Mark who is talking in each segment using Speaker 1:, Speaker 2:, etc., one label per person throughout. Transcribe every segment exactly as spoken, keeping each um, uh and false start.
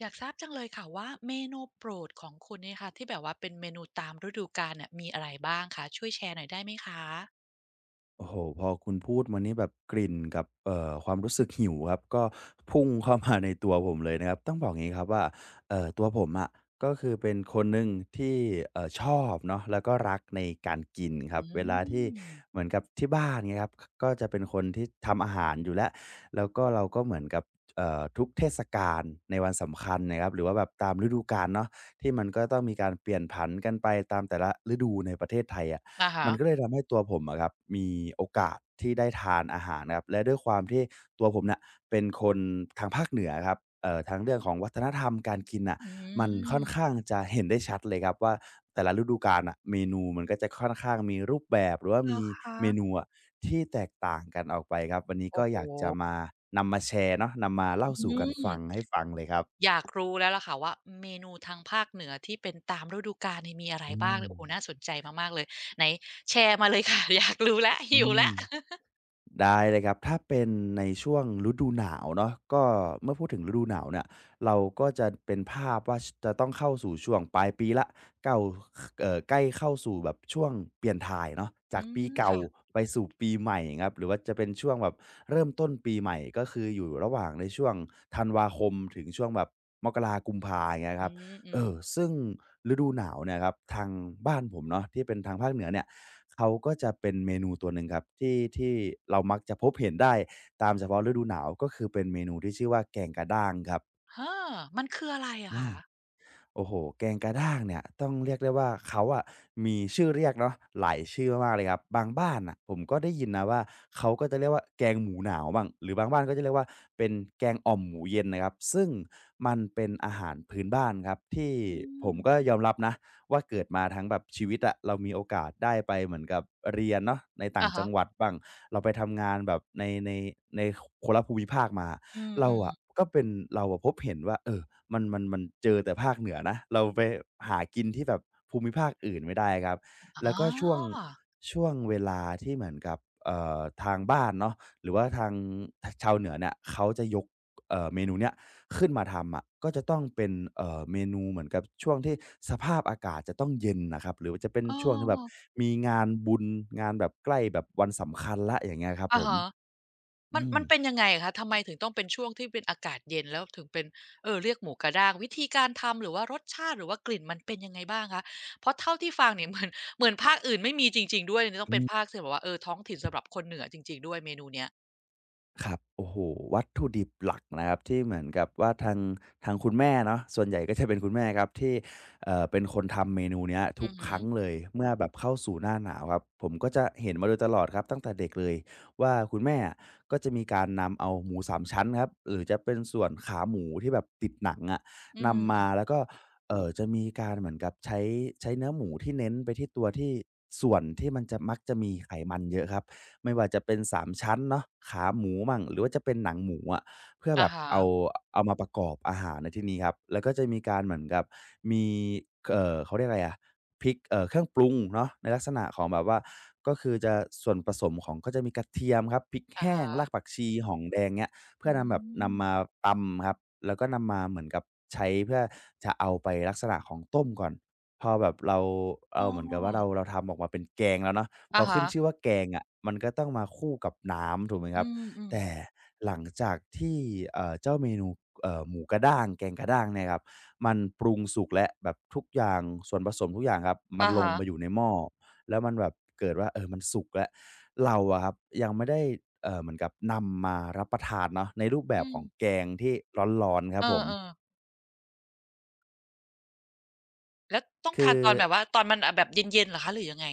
Speaker 1: อยากทราบจังเลยค่ะว่าเมนูโปรดของคุณเนี่ยค่ะที่แบบว่าเป็นเมนูตามฤดูกาลเนี่ยมีอะไรบ้างคะช่วยแชร์หน่อยได้ไหมคะ
Speaker 2: โอ้โหพอคุณพูดมานี่แบบกลิ่นกับเอ่อความรู้สึกหิวครับก็พุ่งเข้ามาในตัวผมเลยนะครับต้องบอกงี้ครับว่าเอ่อตัวผมอะก็คือเป็นคนหนึ่งที่เอ่อชอบเนาะแล้วก็รักในการกินครั
Speaker 1: อื
Speaker 2: บเวลาที่
Speaker 1: ม
Speaker 2: เหมือนกับที่บ้านเงครับกก็จะเป็นคนที่ทำอาหารอยู่แล้วแล้วก็เราก็เหมือนกับเอ่อทุกเทศกาลในวันสำคัญนะครับหรือว่าแบบตามฤดูกาลเนาะที่มันก็ต้องมีการเปลี่ยนผันกันไปตามแต่ละฤดูในประเทศไทยอะ
Speaker 1: อะฮะ
Speaker 2: มันก็เลยทำให้ตัวผมอะครับมีโอกาสที่ได้ทานอาหารนะครับและด้วยความที่ตัวผมเนี่ยเป็นคนทางภาคเหนือครับเอ่อทางเรื่องของวัฒนธรรมการกินน่ะ
Speaker 1: อื
Speaker 2: มันค่อนข้าง
Speaker 1: ม
Speaker 2: จะเห็นได้ชัดเลยครับว่าแต่ละฤดูกาลน่ะเมนูมันก็จะค่อนข้างมีรูปแบบหรือว่ามีเมนูอะที่แตกต่างกันออกไปครับวันนี้ก็
Speaker 1: โอ้โฮ
Speaker 2: อยากจะมานำมาแชร์เนาะนำมาเล่า
Speaker 1: อื
Speaker 2: สู่กันฟัง
Speaker 1: ม
Speaker 2: ให้ฟังเลยครับ
Speaker 1: อยากรู้แล้วล่ะค่ะว่าเมนูทางภาคเหนือที่เป็นตามฤดูกาลเนี่ยมีอะไร
Speaker 2: อื
Speaker 1: บ้าง
Speaker 2: ม
Speaker 1: โอ้โฮน่าสนใจมากๆเลยไหนแชร์มาเลยค่ะ อยากรู้แล้ว
Speaker 2: อื
Speaker 1: หิว
Speaker 2: ม
Speaker 1: แล้ว
Speaker 2: ได้เลยครับถ้าเป็นในช่วงฤดูหนาวเนาะก็เมื่อพูดถึงฤดูหนาวเนี่ยเราก็จะเป็นภาพว่าชจะต้องเข้าสู่ช่วงปลายปีแล้วเก่าคเอ่อใกล้เข้าสู่แบบช่วงเปลี่ยนถ่ายเนาะ
Speaker 1: อื
Speaker 2: จากปี
Speaker 1: ม
Speaker 2: เก่า
Speaker 1: ค่ะ
Speaker 2: ไปสู่ปีใหม่ครับหรือว่าจะเป็นช่วงแบบเริ่มต้นปีใหม่ก็คืออยู่ระหว่างในช่วงธันวาคมถึงช่วงแบบมกรากุมภาอย่างเงี้ยค
Speaker 1: อื
Speaker 2: รับ
Speaker 1: ม
Speaker 2: เอ่อ
Speaker 1: ๆ
Speaker 2: ซึ่งฤดูหนาวเนี่ยครับทางบ้านผมเนาะที่เป็นทางภาคเหนือเนี่ย เขาก็จะเป็นเมนูตัวหนึ่งครับที่ที่เรามักจะพบเห็นได้ตามเฉพาะฤดูหนาวก็คือเป็นเมนูที่ชื่อว่าแกงกระด้างครับ
Speaker 1: ฮ้อมันคืออะไรอะคะ
Speaker 2: โอ้โหแกงกระด้างเนี่ยต้องเรียกได้ว่าเขาอะมีชื่อเรียกเนาะหลายชื่อมากๆเลยครับบางบ้านอะผมก็ได้ยินนะว่าเขาก็จะเรียกว่าแกงหมูหนาวบ้างหรือบางบ้านก็จะเรียกว่าเป็นแกงอ่อมหมูเย็นนะครับซึ่งมันเป็นอาหารพื้นบ้านครับที่
Speaker 1: อื
Speaker 2: ผม
Speaker 1: ม
Speaker 2: ก็ยอมรับนะว่าเกิดมาทั้งแบบชีวิตอะเรามีโอกาสได้ไปเหมือนกับเรียนเนาะในต่าง
Speaker 1: อะ
Speaker 2: จั
Speaker 1: ฮะ
Speaker 2: งหวัดบ้างเราไปทำงานแบบในในในคนละภูมิภาคมา
Speaker 1: อื
Speaker 2: เราอะ
Speaker 1: ม
Speaker 2: ก็เป็นเราอะพบเห็นว่าเออมันมันมันเจอแต่ภาคเหนือนะเราไปหากินที่แบบภูมิภาคอื่นไม่ได้ครับ
Speaker 1: ๆอ๋
Speaker 2: แล้
Speaker 1: อ
Speaker 2: วก็ช่วงช่วงเวลาที่เหมือนกับเอ่อทางบ้านเนาะหรือว่าทางทชาวเหนือเนี่ยเขาจะยกเอ่อเมนูเนี้ยขึ้นมาทำอะก็จะต้องเป็นเอ่อเมนูเหมือนกับช่วงที่สภาพอากาศจะต้องเย็นน่ะครับหรือว่าจะเป็น
Speaker 1: เออ
Speaker 2: ช่วงที่แบบมีงานบุญงานแบบใกล้แบบวันสำคัญแล้วอย่างเงี้ยครับผ
Speaker 1: อะ
Speaker 2: ม
Speaker 1: ฮะมั
Speaker 2: อื
Speaker 1: น
Speaker 2: ม
Speaker 1: มันเป็นยังไงอะคะทำไมถึงต้องเป็นช่วงที่เป็นอากาศเย็นแล้วถึงเป็นเอ่อเรียกหมูกระด้างวิธีการทำหรือว่ารสชาติหรือว่ากลิ่นมันเป็นยังไงบ้างคะเพราะเท่าที่ฟังเนี่ย เหมือนเหมือนภาคอื่นไม่มีจริงๆด้วยอันนี้ต้องเป็
Speaker 2: อื
Speaker 1: น
Speaker 2: ม
Speaker 1: ภาคที่แบบว่าเออท้องถิ่นสำหรับคนเหนือจริงๆด้วยเมนูเนี้ย
Speaker 2: ครับโอ้โฮวัตถุดิบหลักนะครับที่เหมือนกับว่าทางทางคุณแม่เนาะส่วนใหญ่ก็จะเป็นคุณแม่ครับที่เอ่อเป็นคนทำเมนูเนี้ยทุ
Speaker 1: อื
Speaker 2: ก
Speaker 1: อ
Speaker 2: ค
Speaker 1: ฮึ
Speaker 2: รั้งเลยเมื่อแบบเข้าสู่หน้าหนาวครับผมก็จะเห็นมาโดยตลอดครับตั้งแต่เด็กเลยว่าคุณแม่อะก็จะมีการนำเอาหมูสามชั้นครับหรือจะเป็นส่วนขาหมูที่แบบติดหนังอะ
Speaker 1: อื
Speaker 2: นำมา
Speaker 1: ม
Speaker 2: แล้วก็เอ่อจะมีการเหมือนกับใช้ใช้เนื้อหมูที่เน้นไปที่ตัวที่ส่วนที่มันจะมักจะมีไขมันเยอะครับ ไม่ว่าจะเป็นสามชั้นเนาะขาหมูมั่งหรือว่าจะเป็นหนังหมูอะเพื่อ
Speaker 1: ๆ
Speaker 2: แบ
Speaker 1: อะ
Speaker 2: บ
Speaker 1: ฮะ
Speaker 2: เอาเอามาประกอบอาหารในที่นี้ครับแล้วก็จะมีการเหมือนกับมีเอ่อเขาเรียกอะไรอะพริกเอ่อเครื่องปรุงเนาะในลักษณะของแบบว่าก็คือจะส่วนผสมของก็จะมีกระเทียมครับพริก
Speaker 1: อะ
Speaker 2: แห้งราก
Speaker 1: ฮะ
Speaker 2: ผักชีหอมแดงเงี้ยเพื่อ
Speaker 1: อื
Speaker 2: นำแบบ
Speaker 1: ม
Speaker 2: นำมาตำครับแล้วก็นำมาเหมือนกับใช้เพื่อจะเอาไปลักษณะของต้มก่อนพอแบบเรา
Speaker 1: อ้
Speaker 2: เอา
Speaker 1: อ
Speaker 2: เหมือนกับว่าเราเราทำออกมาเป็นแกงแล้วเนาะ พอ
Speaker 1: อะ
Speaker 2: ขึ้
Speaker 1: ฮะ
Speaker 2: นชื่อว่าแกงอะมันก็ต้องมาคู่กับน้ำถูกไหมค
Speaker 1: อื
Speaker 2: รับ
Speaker 1: ม
Speaker 2: แต่
Speaker 1: ๆ
Speaker 2: หลังจากที่เอ่อเจ้าเมนูเอ่อหมูกระด้างแกงกระด้างเนี่ยครับมันปรุงสุกแล้วแบบทุกอย่างส่วนผสมทุกอย่างครับมัน
Speaker 1: อะ
Speaker 2: ลง
Speaker 1: ฮะ
Speaker 2: ไปอยู่ในหม้อแล้วมันแบบเกิดว่าเออมันสุกแล้วเราอะครับยังไม่ได้เอ่อเหมือนกับนำมารับประทานเนาะในรูปแบบ
Speaker 1: อื
Speaker 2: ข
Speaker 1: ม
Speaker 2: องแกงที่ร้อนๆครับ
Speaker 1: เออ
Speaker 2: ผม
Speaker 1: ๆแล้วต้อง
Speaker 2: คื
Speaker 1: ทา
Speaker 2: อ
Speaker 1: นตอนแบบว่าตอนมันอ่าแบบเย็นๆเหรอคะหรือยังไง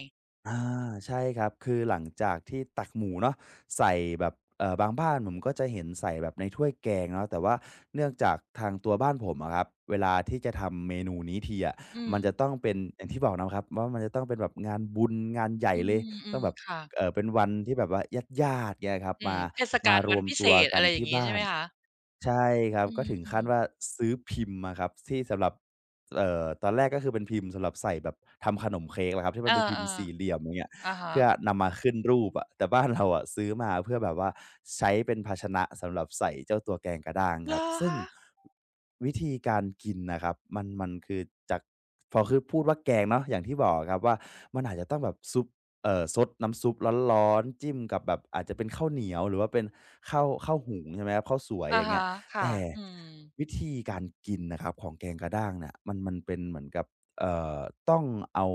Speaker 2: อาใช่ครับคือหลังจากที่ตักหมูเนาะใส่แบบเอ่อบางบ้านผมก็จะเห็นใส่แบบในถ้วยแกงเนาะแต่ว่าเนื่องจากทางตัวบ้านผมอะครับเวลาที่จะทำเมนูนี้ทีอะ
Speaker 1: อืม
Speaker 2: มันจะต้องเป็นอย่างที่บอกนะครับว่ามันจะต้องเป็นแบบงานบุญงานใหญ่
Speaker 1: อื
Speaker 2: เลยต้อง
Speaker 1: ม
Speaker 2: แบบ
Speaker 1: ๆค่ะ
Speaker 2: เอ่อเป็นวันที่แบบว่าญาติๆเงี้ยครับ
Speaker 1: อืม
Speaker 2: มา
Speaker 1: เทศ
Speaker 2: มา
Speaker 1: กาล
Speaker 2: ร
Speaker 1: วั
Speaker 2: ว
Speaker 1: น
Speaker 2: ม
Speaker 1: พิเศ
Speaker 2: ตัว
Speaker 1: ษ
Speaker 2: กั
Speaker 1: อะ
Speaker 2: น
Speaker 1: ไรอย่าง
Speaker 2: ที่
Speaker 1: งี้
Speaker 2: บ้า
Speaker 1: ใช่ไห
Speaker 2: น
Speaker 1: มคะ
Speaker 2: ใช่ครับ
Speaker 1: อื
Speaker 2: ก็ถึง
Speaker 1: ม
Speaker 2: ขั้นว่า
Speaker 1: ๆ
Speaker 2: ซื้อพิมพ์อะครับที่สำหรับ เอ่อตอนแรกก็คือเป็นพิมพ์สำหรับใส่แบบทำขนมเค้กแหละครับที่มั
Speaker 1: เอ
Speaker 2: น
Speaker 1: อ
Speaker 2: เป็นพิมพ์สี่เหลี่ยมอย่างเงี้ย
Speaker 1: ๆอะฮะ
Speaker 2: เพื่อนำมาขึ้นรูปอะแต่บ้านเราอะซื้อมาเพื่อแบบว่าใช้เป็นภาชนะสำหรับใส่เจ้าตัวแกงกะด้าง
Speaker 1: เห
Speaker 2: ค
Speaker 1: ร
Speaker 2: รับ
Speaker 1: อ
Speaker 2: ซึ่ง
Speaker 1: คะ
Speaker 2: วิธีการกินน่ะครับมันมันคือจากพอคือพูดว่าแกงเนาะอย่างที่บอกอะครับว่ามันอาจจะต้องแบบซุปเอ่อซดน้ำซุปร้อนๆจิ้มกับแบบอาจจะเป็นข้าวเหนียวหรือว่าเป็นข้าวข้าวหุงใช่ไหมครับข้าวสวยอ
Speaker 1: อะ
Speaker 2: ย่างเงี้ย
Speaker 1: ฮะค่ะ
Speaker 2: แต่
Speaker 1: อืม
Speaker 2: วิธีการกินนะครับของแกงกระด้างเนี่ยมันมันเป็นเหมือนกับเอ่อต้องเอา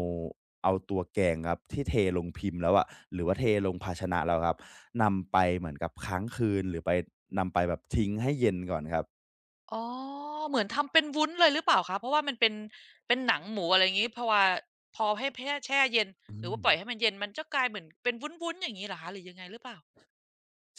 Speaker 2: เอาตัวแกงครับที่เทลงพิมพ์แล้วอะหรือว่าเทลงภาชนะแล้วครับนำไปเหมือนกับค้างคืนหรือไปนำไปแบบทิ้งให้เย็นก่อนครับ
Speaker 1: อ๋อเหมือนทำเป็นวุ้นเลยหรือเปล่าคะเพราะว่ามันเป็นเป็นหนังหมูอะไรอย่างงี้พอวาพอให้แพ่แช่เย็นห
Speaker 2: อื
Speaker 1: รือ
Speaker 2: ม
Speaker 1: ว่าปล่อยให้มันเย็นมันจะกลายเหมือนเป็นวุ้นๆอย่างงี้เหรอคะหรือยังไงหรือเปล่า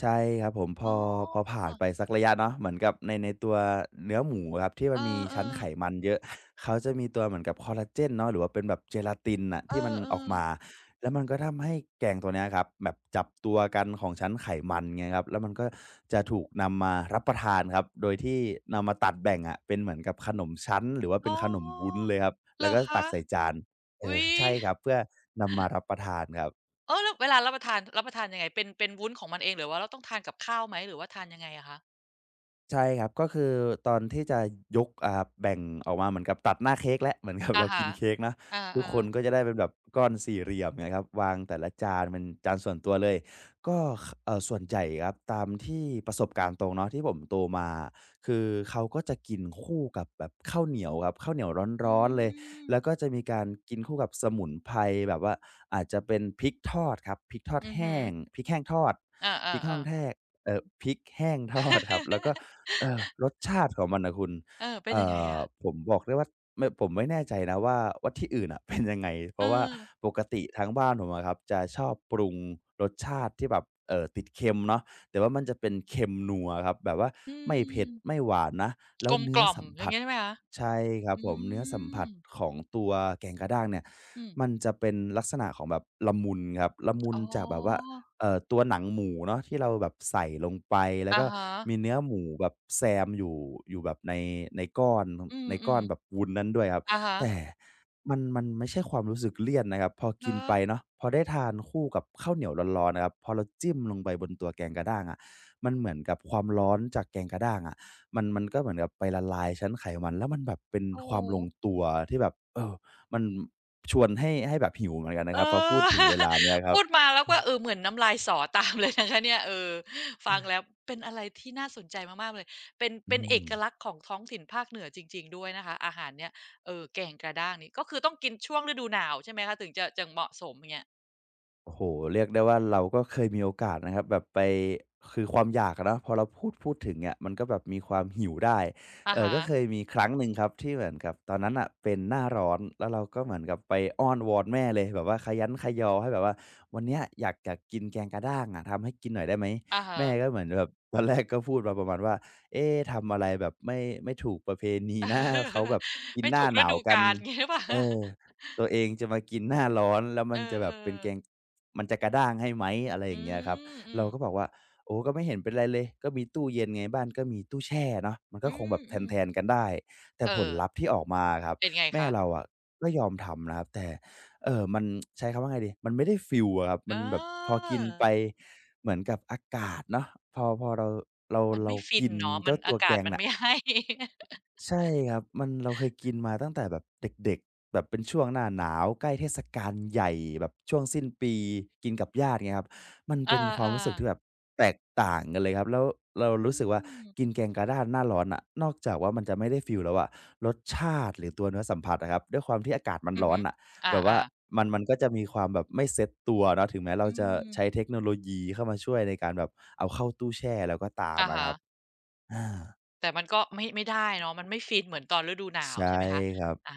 Speaker 2: ใช่ครับผมพ
Speaker 1: อ๋อ
Speaker 2: อพอผ่านไปสักระยะเนาะเหมือนกับในในตัวเนื้อหมูอะครับที่มั
Speaker 1: เอ
Speaker 2: นมีชั้น
Speaker 1: อ
Speaker 2: ไข
Speaker 1: ๆ
Speaker 2: มันเยอะเขาจะมีตัวเหมือนกับคอลลาเจนเนาะหรือว่าเป็นแบบเจลาตินน่ะ
Speaker 1: เอ
Speaker 2: ที่มันออก
Speaker 1: อ
Speaker 2: มา
Speaker 1: ๆ
Speaker 2: แล้วมันก็ทำให้แกงตัวเนี้ยครับแบบจับตัวกันของชั้นไขมันไงครับแล้วมันก็จะถูกนำมารับประทานครับโดยที่นำมาตัดแบ่งอะเป็นเหมือนกับขนมชั้นหรือว่าเป็
Speaker 1: อ๋
Speaker 2: น
Speaker 1: อ
Speaker 2: ขนมวุ้นเลยครับ
Speaker 1: เห
Speaker 2: แล้
Speaker 1: ร
Speaker 2: ว
Speaker 1: อ
Speaker 2: ก็ตั
Speaker 1: คะ
Speaker 2: กใส่จานเออ
Speaker 1: อุ๊ย
Speaker 2: ใช่ครับเพื่อนำมารับประทานครับ
Speaker 1: เออแล้วเวลารับประทานรับประทานยังไงเป็นเป็นวุ้นของมันเองหรือว่าเราต้องทานกับข้าวไหมหรือว่าทานยังไงอะคะ
Speaker 2: ใช่ครับก็คือตอนที่จะยกอ่าแบ่งออกมาเหมือนกับตัดหน้าเค้กแล้ว เหมือนกับ
Speaker 1: อะ
Speaker 2: เรากิ
Speaker 1: ฮะ
Speaker 2: นเค้กเนาะ
Speaker 1: อ
Speaker 2: ทุก
Speaker 1: า
Speaker 2: คนก็
Speaker 1: ๆ
Speaker 2: จะได้เป็นแบบก้อนสี่เหลี่ยมนงยครับวางแต่ละจานเป็นจานส่วนตัวเลยก็คเอ่อส่วนใหญ่ครับตามที่ประสบการณ์ตรงเนาะที่ผมโตมาอะคือเขาก็จะกินคู่กับแบบข้าวเหนียวครับข้าวเหนียว
Speaker 1: อื
Speaker 2: ร้อนๆเลยแล้วก็
Speaker 1: ม
Speaker 2: จะมีการกินคู่กับสมุนไพรแบบว่าอาจจะเป็นพริกทอดครับพริกทอด
Speaker 1: อือฮึ
Speaker 2: แห้งพริกแห้งทอด
Speaker 1: อ
Speaker 2: พริกห้อ
Speaker 1: า
Speaker 2: ง
Speaker 1: ๆ
Speaker 2: แท
Speaker 1: ๆ
Speaker 2: กเอ่อพริกแห้งทอดครับแล้วก็ เออรสชาติของมันน่ะคุณ
Speaker 1: เออ เป็น
Speaker 2: เอ่
Speaker 1: ยังไง
Speaker 2: อ
Speaker 1: อะ
Speaker 2: ผมบอกได้ว่าไม่ผมไม่แน่ใจนะว่าว่าที่อื่นน่ะ เป็นยังไงเพ
Speaker 1: เอ
Speaker 2: ราะว่า
Speaker 1: อ
Speaker 2: ปกติทางบ้านผมอะครับจะชอบปรุงรสชาติที่แบบเอ่อติดเค็มเนาะแต่ว่ามันจะเป็นเค็มนัวครับแบบว่า
Speaker 1: อื
Speaker 2: ไม่เผ็ด
Speaker 1: ม
Speaker 2: ไม่หวานนะแล้
Speaker 1: ก
Speaker 2: ว
Speaker 1: ลม
Speaker 2: เนื้
Speaker 1: ก
Speaker 2: อ
Speaker 1: ล่อม
Speaker 2: สัม
Speaker 1: อย่า
Speaker 2: ผั
Speaker 1: ง
Speaker 2: ส
Speaker 1: งี้ใช่ไหมคะ
Speaker 2: ใช่ครับ
Speaker 1: อื
Speaker 2: ผมเนื้อสัม
Speaker 1: ม
Speaker 2: ผัสของตัวแกงกะด้างเนี่ย
Speaker 1: อืม
Speaker 2: มันจะเป็นลักษณะของแบบละมุนครับละมุน
Speaker 1: อ๋อ
Speaker 2: จากแบบว่า เอ่อตัวหนังหมูเนาะที่เราแบบใส่ลงไปแล้ว
Speaker 1: อะ
Speaker 2: ก็
Speaker 1: ฮะ
Speaker 2: มีเนื้อหมูแบบแซมอยู่อยู่แบบในในก้อน
Speaker 1: อื
Speaker 2: ในก้อ
Speaker 1: ม
Speaker 2: นแบบวุ้นนั้นด้วยครับ
Speaker 1: ๆอะฮะ
Speaker 2: แต่มันมันไม่ใช่ความรู้สึกเลี่ยนนะครับพอ
Speaker 1: เหร
Speaker 2: กิน
Speaker 1: อ
Speaker 2: ไปเนาะพอได้ทานคู่กับข้าวเหนียวร้อนๆนะครับพอเราจิ้มลงไปบนตัวแกงกะด้างอะมันเหมือนกับความร้อนจากแกงกะด้างอะมันมันก็เหมือนกับไปละลายชั้นไขมันแล้วมันแบบเป็น
Speaker 1: โอ้
Speaker 2: ค
Speaker 1: โ
Speaker 2: วามลง
Speaker 1: ฮ
Speaker 2: ตัวที่แบบเออมันชวนให้ให้แบบหิวเหมือนกันนะ
Speaker 1: เอ
Speaker 2: ครับพอพูด
Speaker 1: อ
Speaker 2: ถึงเวลา เนี้ยครับ
Speaker 1: พูดมาแล้วก็เออเหมือนน้ำลายสอตามเลยนะคะเนี่ยเออฟังแล้วเป็นอะไรที่น่าสนใจมากๆเลยเป็น
Speaker 2: อื
Speaker 1: เป็นเอ
Speaker 2: ม
Speaker 1: กลักษณ์ของท้องถิ่นภาคเหนือจริงๆด้วยนะคะอาหารเนี่ยเอ่อแกงกระด้างนี่ก็คือต้องกินช่วงฤดูหนาวใช่ไหมคะถึงจะจึงเหมาะสมอย่างเงี้ย
Speaker 2: โอ้โฮเรียกได้ว่าเราก็เคยมีโอกาสนะครับแบบไปคือความอยากอะเนาะพอเราพูดพูดถึงอะมันก็แบบมีความหิวได้
Speaker 1: อะ
Speaker 2: เอ่อ
Speaker 1: ฮะ
Speaker 2: ก็เคยมีครั้งหนึ่งครับที่เหมือนกับตอนนั้นน่ะเป็นหน้าร้อนแล้วเราก็เหมือนกับไปอ้อนวอนแม่เลยแบบว่าคะยั้นคะยอให้แบบว่าวันเนี้ยอยากอยากกินแกงกะด้างอะทำให้กินหน่อยได้ไหม
Speaker 1: อะฮะ
Speaker 2: แม่ก็เหมือนแบบตอนแรกก็พูดมาประมาณว่าเอ๊ทำอะไรแบบไม่ไม่ถูกประเพณีนะเขาแบบ กิน
Speaker 1: ไม่
Speaker 2: หน้า
Speaker 1: ถูก
Speaker 2: ห
Speaker 1: ฤ
Speaker 2: นาว
Speaker 1: ดู
Speaker 2: กัน
Speaker 1: กาลอย่างเงี้ยหรือเปล่า
Speaker 2: เอ อตัวเองจะมากินหน้าร้อนแล้วมั
Speaker 1: เอ
Speaker 2: นจะ
Speaker 1: อ
Speaker 2: แบ
Speaker 1: เอ
Speaker 2: บ
Speaker 1: อ
Speaker 2: เป็นแกง มันจะกระด้างให้ไหมอะไรอ
Speaker 1: อื
Speaker 2: ย่างเงี้ยครับ
Speaker 1: มอื
Speaker 2: เรา
Speaker 1: ม
Speaker 2: ก็บอกว่าโอ้ก็ไม่เห็นเป็นไรเลยก็มีตู้เย็นไงบ้านก็มีตู้แช่เนาะมันก็
Speaker 1: อื
Speaker 2: คงแบ
Speaker 1: ม
Speaker 2: บ
Speaker 1: อืม
Speaker 2: แทนๆกันได้แต่
Speaker 1: เอ
Speaker 2: ผล
Speaker 1: อ
Speaker 2: ลัพธ์ที่ออกมาครับ
Speaker 1: เป็นไง
Speaker 2: แม่
Speaker 1: คะ
Speaker 2: เราอะก็ยอมทำนะครับแต่เออมัน ใช้คำว่าไงดีมันไม่ได้ฟิลอะครับ
Speaker 1: เอ
Speaker 2: มั
Speaker 1: อ
Speaker 2: นแบบพอกินไปเหมือนกับอากาศเนาะพอพอเราเรา
Speaker 1: มัน
Speaker 2: เรา
Speaker 1: ไม่ฟิน
Speaker 2: กิน
Speaker 1: เนาะมั
Speaker 2: เจ้า
Speaker 1: น
Speaker 2: ตั
Speaker 1: อา
Speaker 2: วแก
Speaker 1: กาศ
Speaker 2: ง
Speaker 1: มัน
Speaker 2: น่ะ
Speaker 1: ไม่ ให้
Speaker 2: ใช่ครับมันเราเคยกินมาตั้งแต่แบบเด็กๆแบบเป็นช่วงหน้าหนาวใกล้เทศกาลใหญ่แบบช่วงสิ้นปีกินกับญาติเงี้ยครับมัน
Speaker 1: เอ
Speaker 2: เป็
Speaker 1: อา
Speaker 2: นควา
Speaker 1: อ
Speaker 2: ม
Speaker 1: อ
Speaker 2: รู้สึกที่แบบแตกต่างกันเลยครับแล้วเรา
Speaker 1: อื
Speaker 2: รู้สึกว่ากิน
Speaker 1: ม
Speaker 2: แกงกะด้านหน้าร้อนน่ะนอกจากว่ามันจะไม่ได้ฟีลแล้วอะรสชาติหรือตัวเนื้อสัมผัสอะครับด้วยความที่อากาศมัน
Speaker 1: อือ
Speaker 2: ร้อน
Speaker 1: ฮึอ
Speaker 2: น่ะแบบว่า
Speaker 1: อ่าๆ
Speaker 2: มันมันก็จะมีความแบบไม่เซ็ตตัวเนาะถึงแม้เรา
Speaker 1: อื
Speaker 2: จะ
Speaker 1: ม
Speaker 2: ใช้เทคโนโลยีเข้ามาช่วยในการแบบเอาเข้าตู้แช่แล้วก็ตาม
Speaker 1: อา
Speaker 2: อะค
Speaker 1: ฮะ
Speaker 2: รับอา
Speaker 1: แต่มันก็ไม่ไม่ได้เนาะมันไม่ฟินเหมือนตอนฤดูหนาว
Speaker 2: ใช่
Speaker 1: ใช่ไหมคะ
Speaker 2: ครับ
Speaker 1: อา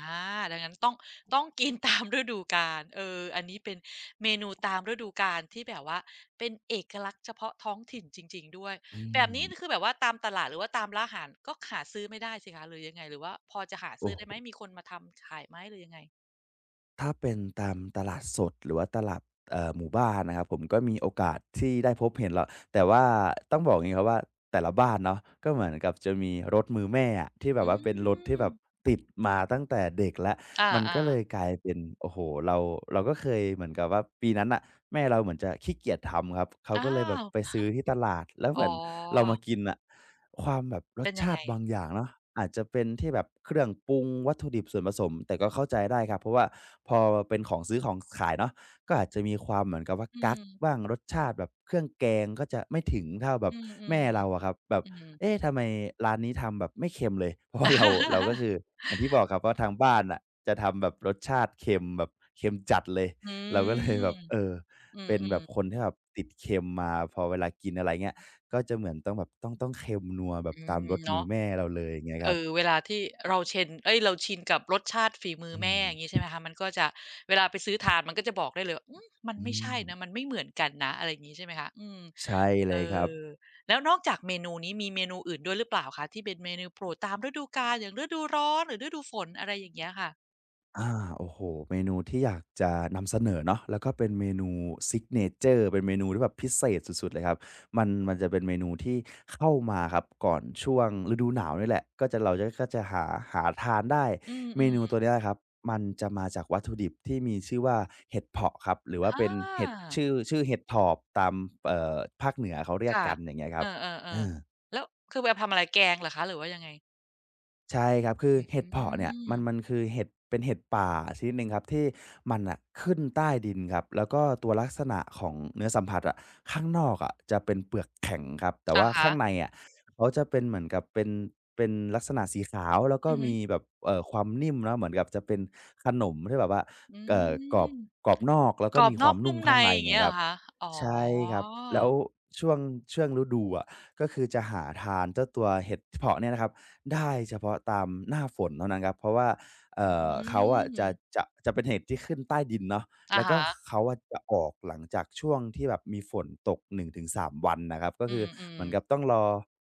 Speaker 1: ดังนั้นต้องต้องกินตามฤดูกาลเอออันนี้เป็นเมนูตามฤดูกาลที่แบบว่าเป็นเอกลักษณ์เฉพาะท้องถิ่นจริงๆด้วย
Speaker 2: อื
Speaker 1: แบบนี้คือ
Speaker 2: ม
Speaker 1: แบบว่าตามตลาดหรือว่าตามร้านอาหารก็หาซื้อไม่ได้สิคะหรือยังไงหรือว่าพอจะหา
Speaker 2: โอ้
Speaker 1: ซื้อได้
Speaker 2: โฮ
Speaker 1: ไหมมีคนมาทำขายไหมหรือยังไง
Speaker 2: ถ้าเป็นตามตลาดสดหรือว่าตลาดเอ่อหมู่บ้านนะครับผมก็มีโอกาสที่ได้พบเห็นหรอกแต่ว่าต้องบอกอย่างงี้ครับว่าแต่ละบ้านเนาะก็เหมือนกับจะมีรถมือแม่อะที่แบ
Speaker 1: อื
Speaker 2: บว่าเป็นรถที่แบ
Speaker 1: ม
Speaker 2: บติดมาตั้งแต่เด็กแล้ว
Speaker 1: อา
Speaker 2: มัน
Speaker 1: อ่า
Speaker 2: ก็เลยกลายเป็นโอ้โฮเราเราก็เคยเหมือนกับว่าปีนั้นน่ะแม่เราเหมือนจะขี้เกียจทำครับเขา
Speaker 1: อ้า
Speaker 2: ก็เลยแบบ
Speaker 1: ว
Speaker 2: ไปซื้อที่ตลาดแล้วเห
Speaker 1: อ๋
Speaker 2: มือ
Speaker 1: อ
Speaker 2: นเรามากินน่ะ ความแบบรส
Speaker 1: เป็นยัง
Speaker 2: ชา
Speaker 1: ไง
Speaker 2: ติบางอย่างเนาะอาจจะเป็นที่แบบเครื่องปรุงวัตถุดิบส่วนผสมแต่ก็เข้าใจได้ครับเพราะว่าพอเป็นของซื้อของขายเนาะก็อาจจะมีความเหมือนกับว่า
Speaker 1: อื
Speaker 2: กั๊ก
Speaker 1: ม
Speaker 2: บ้างรสชาติแบบเครื่องแกงก็จะไม่ถึงเท่าแบ
Speaker 1: อื
Speaker 2: บ
Speaker 1: มอืม
Speaker 2: แม่เราอะครับแบบ
Speaker 1: อืม
Speaker 2: เอ๊ะทำไมร้านนี้ทำแบบไม่เค็มเลย เพราะว่าเราเราก็ คืออย่างที่บอกครับว่าทางบ้านอะจะทำแบบรสชาติเค็มแบบเค็มจัดเลย
Speaker 1: อื
Speaker 2: เราก็เลยแบ
Speaker 1: ม
Speaker 2: บเออ
Speaker 1: อืม
Speaker 2: เป็น
Speaker 1: อื
Speaker 2: แบ
Speaker 1: ม
Speaker 2: บคนที่แบบติดเค็มมาพอเวลากินอะไรเงี้ย ก็จะเหมือนต้องแบบต้องต้องเค็มนัวแบบ
Speaker 1: อื
Speaker 2: ตาม
Speaker 1: ม
Speaker 2: รสมือ
Speaker 1: เนาะ
Speaker 2: แม่เราเลยอย่างเงี้ยค
Speaker 1: เอ
Speaker 2: รับ
Speaker 1: อเวลาที่เราเชนเอ๊ยเราชินกับรสชาติฝีมือ
Speaker 2: อื
Speaker 1: แม่
Speaker 2: ม
Speaker 1: อย่างงี้ใช่ไหมคะมันก็จะเวลาไปซื้อทานมันก็จะบอกได้เลยว่าอืมมัน
Speaker 2: อื
Speaker 1: ไม่ใช่นะมั
Speaker 2: ม
Speaker 1: นไม่เหมือนกันนะอะไรอย่างงี้ใช่ไหมคะอืม
Speaker 2: ใช่เล
Speaker 1: เอ
Speaker 2: ยครับ
Speaker 1: อแล้วนอกจากเมนูนี้มีเมนูอื่นด้วยหรือเปล่าคะที่เป็นเมนูโปรดตามฤดูกาลอย่างฤดูร้อนหรือฤดูฝนอะไรอย่างเงี้ยค่ะ
Speaker 2: อาโอ้โฮเมนูที่อยากจะนำเสนอเนาะแล้วก็เป็นเมนูซิกเนเชอร์เป็นเมนูที่แบบพิเศษสุดๆเลยครับมันมันจะเป็นเมนูที่เข้ามาครับก่อนช่วงฤดูหนาวนี่แหละก็จะเราจะก็จะหาหาทานได้
Speaker 1: อื
Speaker 2: เมนู
Speaker 1: ม
Speaker 2: ตัวเนี้ยครับมันจะมาจากวัตถุดิบที่มีชื่อว่าเห็ดเผาะครับหรือ
Speaker 1: ๆ
Speaker 2: ว่า
Speaker 1: อ
Speaker 2: เป็น
Speaker 1: า
Speaker 2: เห็ดชื่อชื่อเห็ดถอบตามเอ่อภาคเหนือเขาเรียก
Speaker 1: ค่ะ
Speaker 2: กันอย่างเงี้ยค
Speaker 1: เอ
Speaker 2: รับ
Speaker 1: อ
Speaker 2: เออ
Speaker 1: ๆๆแล้วคือไปทำอะไรแกงเหรอคะ หรือว่ายังไง
Speaker 2: ใช่ครับคือ
Speaker 1: อ
Speaker 2: เห็ด
Speaker 1: ื
Speaker 2: เผาะเนี่ย
Speaker 1: ม
Speaker 2: มันมันคือเห็ดเป็นเห็ดป่าชนิดหนึ่งครับที่มันน่ะขึ้นใต้ดินครับแล้วก็ตัวลักษณะของเนื้อสัมผัสอะข้างนอกอะจะเป็นเปลือกแข็งครับแต่
Speaker 1: อะ
Speaker 2: ว่า
Speaker 1: ฮะ
Speaker 2: ข้างในอะเขาจะเป็นเหมือนกับเป็นเป็นลักษณะสีขาวแล้วก็
Speaker 1: อือฮึ
Speaker 2: มีแบบเอ่อความนิ่มเนาะเหมือนกับจะเป็นขนมที่แบบว่า
Speaker 1: อื
Speaker 2: เอ่อกรอบ
Speaker 1: ม
Speaker 2: กรอบนอกแล้ว
Speaker 1: ก
Speaker 2: ก็
Speaker 1: รอบ
Speaker 2: มี
Speaker 1: น
Speaker 2: ค
Speaker 1: อ
Speaker 2: วา
Speaker 1: ก
Speaker 2: มนุ่
Speaker 1: นุ่
Speaker 2: ม
Speaker 1: มใน
Speaker 2: ข้างใน
Speaker 1: อย่าง
Speaker 2: ไง
Speaker 1: เงี้ย
Speaker 2: ค
Speaker 1: เหร
Speaker 2: รั
Speaker 1: อ
Speaker 2: บ
Speaker 1: คะอ๋อ
Speaker 2: ใช่ครับแล้วช่วงช่วงฤดูอะก็คือจะหาทานเจ้าตัวเห็ดเผาะเนี่ยนะครับ ได้เฉพาะตามหน้าฝนเท่านั้นครับเพราะว่าเอ่
Speaker 1: อื
Speaker 2: อเขาอะจะ
Speaker 1: ม
Speaker 2: จะจะเป็นเห็ดที่ขึ้นใต้ดินเนาะ
Speaker 1: อะ
Speaker 2: แล้วก็
Speaker 1: ฮะ
Speaker 2: เขาอะจะออกหลังจากช่วงที่แบบมีฝนตกหนึ่งถึงสามวันนะครับก็
Speaker 1: อื
Speaker 2: คือ
Speaker 1: ม
Speaker 2: เหมือนกับ
Speaker 1: ๆ
Speaker 2: ต้องรอ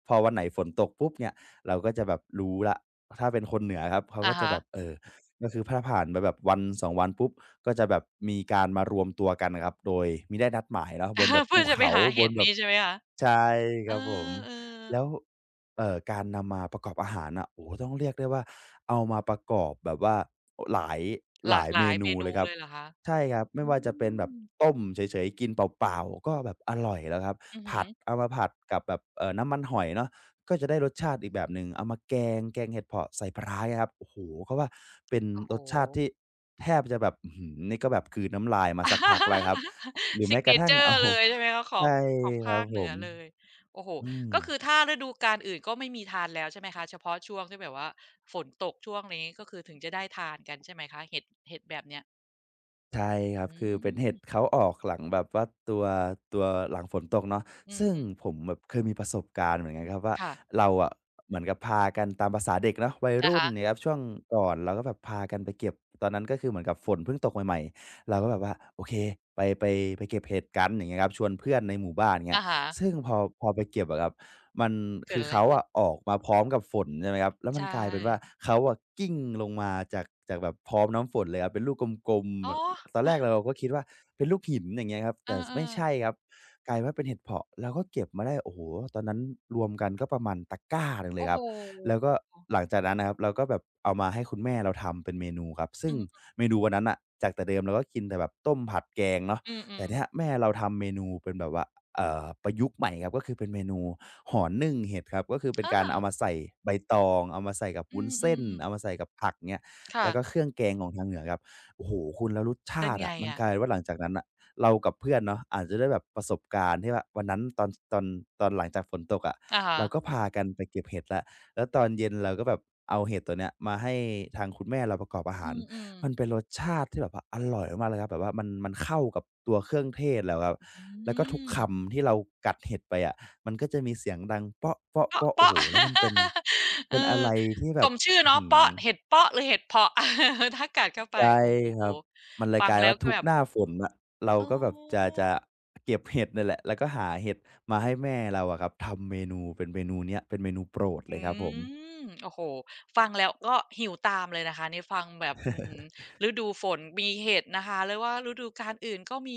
Speaker 2: พอวันไหนฝนตกปุ๊บเนี่ยเราก็จะแบบรู้แล้วถ้าเป็นคนเหนือครับเขา
Speaker 1: อะ
Speaker 2: ก็จะ
Speaker 1: ฮะ
Speaker 2: แบบเอ่อก็คือถ้าผ่านไปแบบวันสอสองวันปุ๊บก็จะแบบมีการมารวมตัวกันอะครับโดยมิได้นัดหมายเนาะบนแบบ
Speaker 1: เพื่
Speaker 2: ภู
Speaker 1: อจะไป
Speaker 2: เขา
Speaker 1: หา
Speaker 2: บ
Speaker 1: เห็
Speaker 2: น
Speaker 1: ด
Speaker 2: แบบ
Speaker 1: นี้ใช่ไหมคะ
Speaker 2: ใช่ค
Speaker 1: เอ
Speaker 2: รับผม
Speaker 1: อๆ
Speaker 2: แล้ว เอ่อการนำมาประกอบอาหารน่ะโอ้โฮต้องเรียกได้ว่าเอามาประกอบแบบว่าโอ้หลาย
Speaker 1: ห
Speaker 2: ห
Speaker 1: ลา
Speaker 2: ลา
Speaker 1: ก
Speaker 2: ย
Speaker 1: ห
Speaker 2: เม
Speaker 1: ลายเม
Speaker 2: นูเล
Speaker 1: นู
Speaker 2: ยครับ
Speaker 1: เลยเหรอคะ
Speaker 2: ใช่ครับไม่
Speaker 1: อื
Speaker 2: ว่าจะเป็นแบบ
Speaker 1: ม
Speaker 2: ต้มเฉยๆกินเปล่าๆก็แบบอร่อยแล้วครับ
Speaker 1: อือฮึ
Speaker 2: ผัดเอามาผัดกับแบบเอ่อน้ำมันหอยเนาะก็จะได้รสชาติอีกแบบหนึ่งเอามาแกงแกงเห็ดเผาะใส่ปลาร้าเงี้ยครับโอ้โฮเขาว่าเป็น
Speaker 1: โอ้โฮ
Speaker 2: รสชาติที่แทบจะแบบอื้อฮือนี่ก็แบบกลืนน้ำลายมาสักพักแล้วครับหรื อ
Speaker 1: ซิ
Speaker 2: แม้
Speaker 1: ก
Speaker 2: ก
Speaker 1: เน
Speaker 2: ระทั่
Speaker 1: เจ
Speaker 2: ง
Speaker 1: อ
Speaker 2: เอา
Speaker 1: ร์เลยใช่ไหมคะข อง
Speaker 2: ใช่
Speaker 1: ของ
Speaker 2: ครั
Speaker 1: ภา
Speaker 2: บ
Speaker 1: ค
Speaker 2: ผ
Speaker 1: เหนือ
Speaker 2: ม
Speaker 1: เลยโอ้โห
Speaker 2: อืม
Speaker 1: ก็คือถ้าฤดูกาลอื่นก็ไม่มีทานแล้วใช่ไหมคะเฉพาะช่วงที่แบบว่าฝนตกช่วงนี้ก็คือถึงจะได้ทานกันใช่ไหมคะเห็ดเห็ดแบบเนี้ย
Speaker 2: ใช่ครับ
Speaker 1: อื
Speaker 2: คือเป็นเห็ด
Speaker 1: ม
Speaker 2: เขาออกหลังแบบว่าตัวตัวหลังฝนตกเนาะ
Speaker 1: อืม
Speaker 2: ซึ่ง
Speaker 1: อืม
Speaker 2: ผมแบบเคยมีประสบการณ์เหมือนกันครับว่า
Speaker 1: ค่ะ
Speaker 2: เราอะเหมือนกับพากันตามประสาเด็กเนาะวัย
Speaker 1: นะ
Speaker 2: รุ่นเนี่ย
Speaker 1: คะ
Speaker 2: ครับช่วงก่อนเราก็แบบพากันไปเก็บตอนนั้นก็คือเหมือนกับฝนเพิ่งตกใหม่ๆเราก็แบบว่าโอเคไปไปไปเก็บเห็ดกันอย่างเงี้ยครับชวนเพื่อนในหมู่บ้านเงี้ย
Speaker 1: อะฮะ
Speaker 2: ซึ่งพอพอไปเก็บอะครับมัน
Speaker 1: เกิ
Speaker 2: คื
Speaker 1: ด
Speaker 2: อ
Speaker 1: อะไร
Speaker 2: เขา
Speaker 1: ขึ้น
Speaker 2: อะออกมาพร้อมกับฝนใช่ไหมครับแล้วมัน
Speaker 1: ใช่
Speaker 2: กลายเป็นว่าเขาอะกลิ้งลงมาจากจากแบบพร้อมน้ำฝนเลยครับเป็นลูกกลม
Speaker 1: อ๋อ
Speaker 2: ๆ ตอนแรกเราก็คิดว่าเป็นลูกหินอย่างเงี้ยครับ
Speaker 1: เอ
Speaker 2: แต่
Speaker 1: อเออ
Speaker 2: ไม่ใช่ครับกลายว่าเป็นเห็ดเผาะเราก็เก็บมาได้โอ้โฮตอนนั้นรวมกันก็ประมาณตะกร้าหนึ่งเลย
Speaker 1: โอ้
Speaker 2: ค
Speaker 1: โห
Speaker 2: รับแล้วก็หลังจากนั้นนะครับเราก็แบบเอามาให้คุณแม่เราทำเป็นเมนูครับซึ่
Speaker 1: อื
Speaker 2: ง
Speaker 1: ม
Speaker 2: เมนูวันนั้นน่ะจากแต่เดิมเราก็กินแต่แบบต้มผัดแกงเนาะ
Speaker 1: อืมอื
Speaker 2: แต่
Speaker 1: ม
Speaker 2: เนี่ยแม่เราทำเมนูเป็นแบบว่าเอ่อประยุกต์ใหม่ครับก็คือเป็นเมนูห่อนึ่งเห็ดครับก็คือเป็น
Speaker 1: อา
Speaker 2: การเอามาใส่ใบตองเอามาใส่กับ
Speaker 1: อื
Speaker 2: วุ้น
Speaker 1: มอื
Speaker 2: เส้
Speaker 1: ม
Speaker 2: นเอามาใส่กับผักเงี้ย
Speaker 1: ค่ะ
Speaker 2: แล้วก็เครื่องแกงของทางเหนือครับ โอ้โฮคุณแล้วรส
Speaker 1: เป็
Speaker 2: ชา
Speaker 1: น
Speaker 2: ติ
Speaker 1: ไง
Speaker 2: อะมันก
Speaker 1: อะ
Speaker 2: ลายเป็นว่าหลังจากนั้นน่ะเรากับเพื่อนเนาะอาจจะได้แบบประสบการณ์ที่ว่าวันนั้นตอนตอนตอนหลังจากฝนตกอะ
Speaker 1: อะฮะ
Speaker 2: เราก็พากันไปเก็บเห็ดแล้วแล้วตอนเย็นเราก็แบบเอาเห็ดตัวเนี้ยมาให้ทางคุณแม่เราประกอบอาหา
Speaker 1: อื
Speaker 2: ร
Speaker 1: มอืม
Speaker 2: มันเป็นรสชาติที่แบบว่าอร่อยมากๆเลยครับแบบว่ามันมันเข้ากับตัวเครื่องเทศเราครับ
Speaker 1: อื
Speaker 2: แล้วก็ทุกค
Speaker 1: ม
Speaker 2: ำที่เรากัดเห็ดไปอะมันก็จะมีเสียงดังโ
Speaker 1: เปาะ
Speaker 2: ป๊ะๆๆโอ้โฮ
Speaker 1: เปาะ
Speaker 2: แล้วมันเป็น
Speaker 1: เออ
Speaker 2: เป็นอะไรที่แบ
Speaker 1: ส
Speaker 2: บ
Speaker 1: มชื่อ
Speaker 2: อื้อ
Speaker 1: เนาะ
Speaker 2: ฮือ
Speaker 1: เปาะเห็ดเปาะหรือเห็ดเพาะ ถ้ากัดเข้าไป
Speaker 2: ใช่
Speaker 1: โอ้โ
Speaker 2: ค
Speaker 1: ฮ
Speaker 2: รับมันเลย
Speaker 1: ฟั
Speaker 2: ก
Speaker 1: ง
Speaker 2: ลาย
Speaker 1: แล้ว
Speaker 2: ว่า
Speaker 1: ก็
Speaker 2: ทุก
Speaker 1: แบบ
Speaker 2: หน้าฝนน่ะเรา
Speaker 1: อ๋อ
Speaker 2: ก็แบบจะจะเก็บเห็ดเนี่ยแหละแล้วก็หาเห็ดมาให้แม่เราอะครับทำเมนูเป็นเมนูเนี้ยเป็นเมนูโปรดเล
Speaker 1: อื
Speaker 2: ยครับผม
Speaker 1: มโอ้โฮฟังแล้วก็หิวตามเลยนะคะนี่ฟังแบบอื้อฮือฤดูฝนมีเห็ดนะคะหรือว่าฤดูกาลอื่นก็มี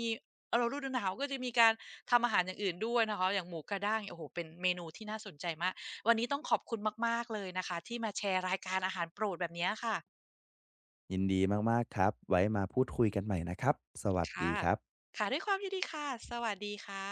Speaker 1: เอ่อฤดูหนาวก็จะมีการทำอาหารอย่างอื่นด้วยนะคะอย่างหมูกระด้างเนี่ยโอ้โฮเป็นเมนูที่น่าสนใจมากวันนี้ต้องขอบคุณมากๆเลยนะคะที่มาแชร์รายการอาหารโปรดแบบเนี้ยค่ะ
Speaker 2: ยินดีมากๆครับไว้มาพูดคุยกันใหม่นะครับสวัสดี
Speaker 1: ค่ะ
Speaker 2: ครับ
Speaker 1: ค่ะด้วยความยินดีค่ะ สวัสดีค่ะ